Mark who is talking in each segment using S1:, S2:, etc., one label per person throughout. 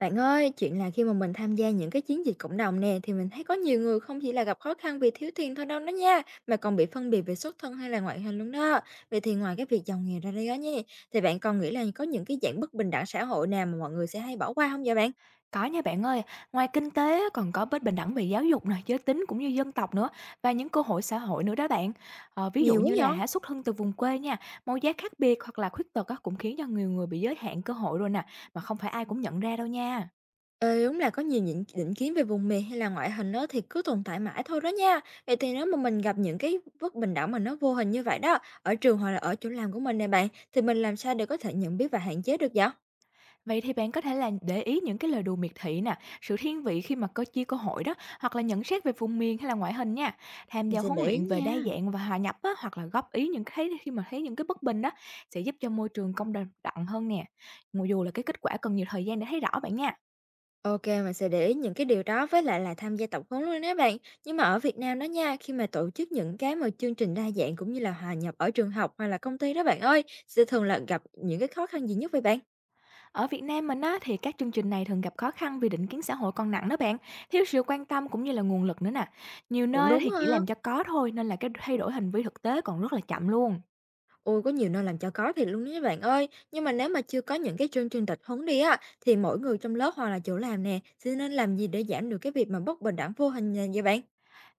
S1: Bạn ơi, chuyện là khi mà mình tham gia những cái chiến dịch cộng đồng nè thì mình thấy có nhiều người không chỉ là gặp khó khăn vì thiếu tiền thôi đâu đó nha, mà còn bị phân biệt về xuất thân hay là ngoại hình luôn đó. Vậy thì ngoài cái việc giàu nghèo ra đây đó nha, thì bạn còn nghĩ là có những cái dạng bất bình đẳng xã hội nào mà mọi người sẽ hay bỏ qua không vậy bạn?
S2: Có nha bạn ơi, ngoài kinh tế á, còn có bất bình đẳng về giáo dục nè, giới tính cũng như dân tộc nữa và những cơ hội xã hội nữa đó bạn. Ờ, ví dụ
S1: Nhiều quá
S2: như là
S1: vậy?
S2: xuất thân từ vùng quê nha, màu da khác biệt hoặc là khuyết tật á, cũng khiến cho nhiều người bị giới hạn cơ hội rồi nè, mà không phải ai cũng nhận ra đâu nha.
S1: Ờ, đúng là có nhiều những định kiến về vùng miền hay là ngoại hình đó thì cứ tồn tại mãi thôi đó nha. Vậy thì nếu mà mình gặp những cái bất bình đẳng mà nó vô hình như vậy đó, ở trường hoặc là ở chỗ làm của mình nè bạn, thì mình làm sao để có thể nhận biết và hạn chế được vậy?
S2: Vậy thì bạn có thể là để ý những cái lời đùa miệt thị nè, sự thiên vị khi mà có chia cơ hội đó, hoặc là nhận xét về vùng miền hay là ngoại hình nha. Tham
S1: Mình
S2: gia
S1: sẽ
S2: huấn
S1: để ý
S2: luyện về đa
S1: nha.
S2: dạng và hòa nhập á, hoặc là góp ý những cái thấy khi mà thấy những cái bất bình đó sẽ giúp cho môi trường công đồng đặng hơn nè. Mặc dù là cái kết quả cần nhiều thời gian để thấy rõ bạn nha.
S1: OK, mình sẽ để ý những cái điều đó với lại là tham gia tập huấn luôn đó bạn. Nhưng mà ở Việt Nam đó nha, khi mà tổ chức những cái mà chương trình đa dạng cũng như là hòa nhập ở trường học hoặc là công ty đó bạn ơi, sẽ thường là gặp những cái khó khăn gì nhất vậy bạn?
S2: Ở Việt Nam mình á thì các chương trình này thường gặp khó khăn vì định kiến xã hội còn nặng đó bạn, thiếu sự quan tâm cũng như là nguồn lực nữa nè. Nhiều
S1: Cũng
S2: nơi á
S1: đúng
S2: thì chỉ
S1: ha.
S2: làm cho có thôi nên là cái thay đổi hành vi thực tế còn rất là chậm luôn.
S1: Ôi, có nhiều nơi làm cho có thiệt luôn đó bạn ơi. Nhưng mà nếu mà chưa có những cái chương trình tập huấn đi á, thì mỗi người trong lớp hoặc là chỗ làm nè, sẽ nên làm gì để giảm được cái việc mà bất bình đẳng vô hình nè vậy bạn?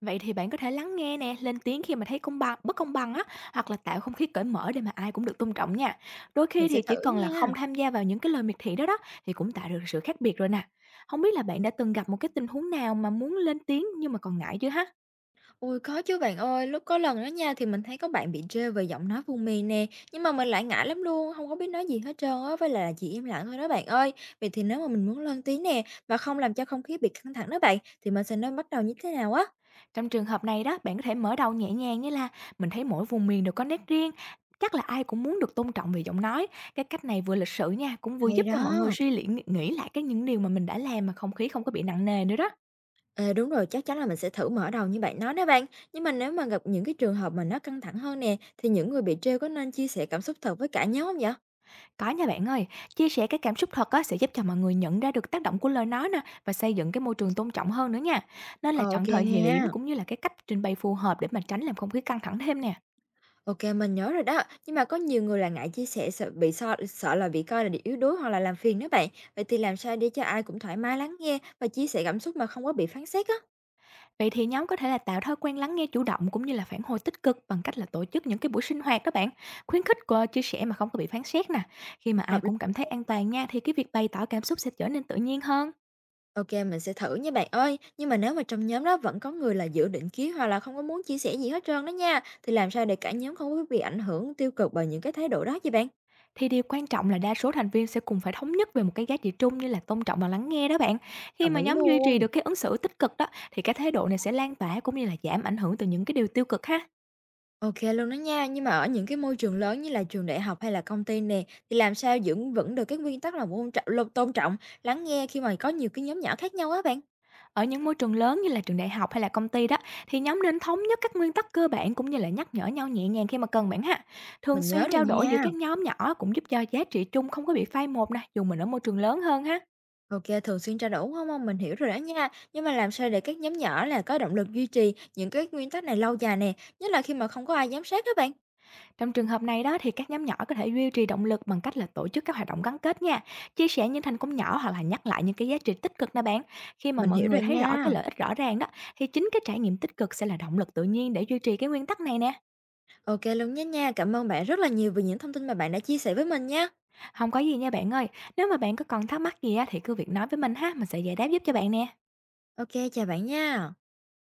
S2: Vậy thì bạn có thể lắng nghe nè, lên tiếng khi mà thấy công bằng, bất công bằng á, hoặc là tạo không khí cởi mở để mà ai cũng được tôn trọng nha. Đôi khi
S1: Mình sẽ
S2: thì chỉ
S1: thử
S2: cần là
S1: nha.
S2: không tham gia vào những cái lời miệt thị đó đó thì cũng tạo được sự khác biệt rồi nè. Không biết là bạn đã từng gặp một cái tình huống nào mà muốn lên tiếng nhưng mà còn ngại chưa ha?
S1: Ôi, có chứ bạn ơi, lúc có lần đó nha thì mình thấy có bạn bị trêu về giọng nói vùng miền nè, nhưng mà mình lại ngại lắm luôn, không có biết nói gì hết trơn á, với lại là chỉ im lặng thôi đó bạn ơi. Vậy thì nếu mà mình muốn lên tiếng nè, mà không làm cho không khí bị căng thẳng đó bạn, thì mình sẽ nên bắt đầu như thế nào á?
S2: Trong trường hợp này đó, bạn có thể mở đầu nhẹ nhàng như là mình thấy mỗi vùng miền đều có nét riêng, chắc là ai cũng muốn được tôn trọng về giọng nói. Cái cách này vừa lịch sự nha, cũng vừa
S1: Hay
S2: giúp cho mọi người
S1: đó!
S2: suy nghĩ nghĩ lại cái những điều mà mình đã làm mà không khí không có bị nặng nề nữa đó.
S1: Ờ, đúng rồi, chắc chắn là mình sẽ thử mở đầu như bạn nói đó bạn. Nhưng mà nếu mà gặp những cái trường hợp mà nó căng thẳng hơn nè, thì những người bị trêu có nên chia sẻ cảm xúc thật với cả nhóm không vậy?
S2: Có nha bạn ơi, chia sẻ cái cảm xúc thật á sẽ giúp cho mọi người nhận ra được tác động của lời nói nè và xây dựng cái môi trường tôn trọng hơn nữa nha. Nên là
S1: Ờ, ô
S2: chọn thời điểm
S1: nha.
S2: cũng như là cái cách trình bày phù hợp để mà tránh làm không khí căng thẳng thêm nè.
S1: OK, mình nhớ rồi đó. Nhưng mà có nhiều người là ngại chia sẻ sợ bị so sợ là bị coi là yếu đuối hoặc là làm phiền đó bạn. Vậy thì làm sao để cho ai cũng thoải mái lắng nghe và chia sẻ cảm xúc mà không có bị phán xét á?
S2: Vậy thì nhóm có thể là tạo thói quen lắng nghe chủ động cũng như là phản hồi tích cực bằng cách là tổ chức những cái buổi sinh hoạt đó bạn, khuyến khích qua chia sẻ mà không có bị phán xét nè. Khi mà ai
S1: Hợp lý.
S2: cũng cảm thấy an toàn nha thì cái việc bày tỏ cảm xúc sẽ trở nên tự nhiên hơn.
S1: OK, mình sẽ thử nha bạn ơi. Nhưng mà nếu mà trong nhóm đó vẫn có người là giữ định kiến hoặc là không có muốn chia sẻ gì hết trơn đó nha, thì làm sao để cả nhóm không có bị ảnh hưởng tiêu cực bởi những cái thái độ đó vậy bạn?
S2: Thì điều quan trọng là đa số thành viên sẽ cùng phải thống nhất về một cái giá trị chung như là tôn trọng và lắng nghe đó bạn. Khi
S1: Đồng
S2: mà
S1: ý
S2: nhóm duy trì được
S1: luôn.
S2: cái ứng xử tích cực đó thì cái thái độ này sẽ lan tỏa cũng như là giảm ảnh hưởng từ những cái điều tiêu cực ha.
S1: OK luôn đó nha, nhưng mà ở những cái môi trường lớn như là trường đại học hay là công ty nè, thì làm sao giữ vững được cái nguyên tắc là tôn trọng luôn tôn trọng, lắng nghe khi mà có nhiều cái nhóm nhỏ khác nhau á bạn?
S2: Ở những môi trường lớn như là trường đại học hay là công ty đó thì nhóm nên thống nhất các nguyên tắc cơ bản cũng như là nhắc nhở nhau nhẹ nhàng khi mà cần bạn ha. Thường
S1: Mình nhớ
S2: xuyên
S1: rồi
S2: trao đổi giữa
S1: nha.
S2: các nhóm nhỏ cũng giúp cho giá trị chung không có bị phai một nè, dù mình ở môi trường lớn hơn ha.
S1: OK, thường xuyên trao đổi không hông? Mình hiểu rồi đó nha. Nhưng mà làm sao để các nhóm nhỏ là có động lực duy trì những cái nguyên tắc này lâu dài nè, nhất là khi mà không có ai giám sát á bạn?
S2: Trong trường hợp này đó thì các nhóm nhỏ có thể duy trì động lực bằng cách là tổ chức các hoạt động gắn kết nha, chia sẻ những thành công nhỏ hoặc là nhắc lại những cái giá trị tích cực nè bạn. Khi mà
S1: Mình
S2: mọi
S1: hiểu
S2: người
S1: rồi
S2: thấy rõ
S1: nha.
S2: cái lợi ích rõ ràng đó thì chính cái trải nghiệm tích cực sẽ là động lực tự nhiên để duy trì cái nguyên tắc này nè.
S1: OK luôn nhé nha. Cảm ơn bạn rất là nhiều vì những thông tin mà bạn đã chia sẻ với mình nha.
S2: Không có gì nha bạn ơi, nếu mà bạn có còn thắc mắc gì á thì cứ việc nói với mình ha, mình sẽ giải đáp giúp cho bạn nè.
S1: OK, chào bạn nha.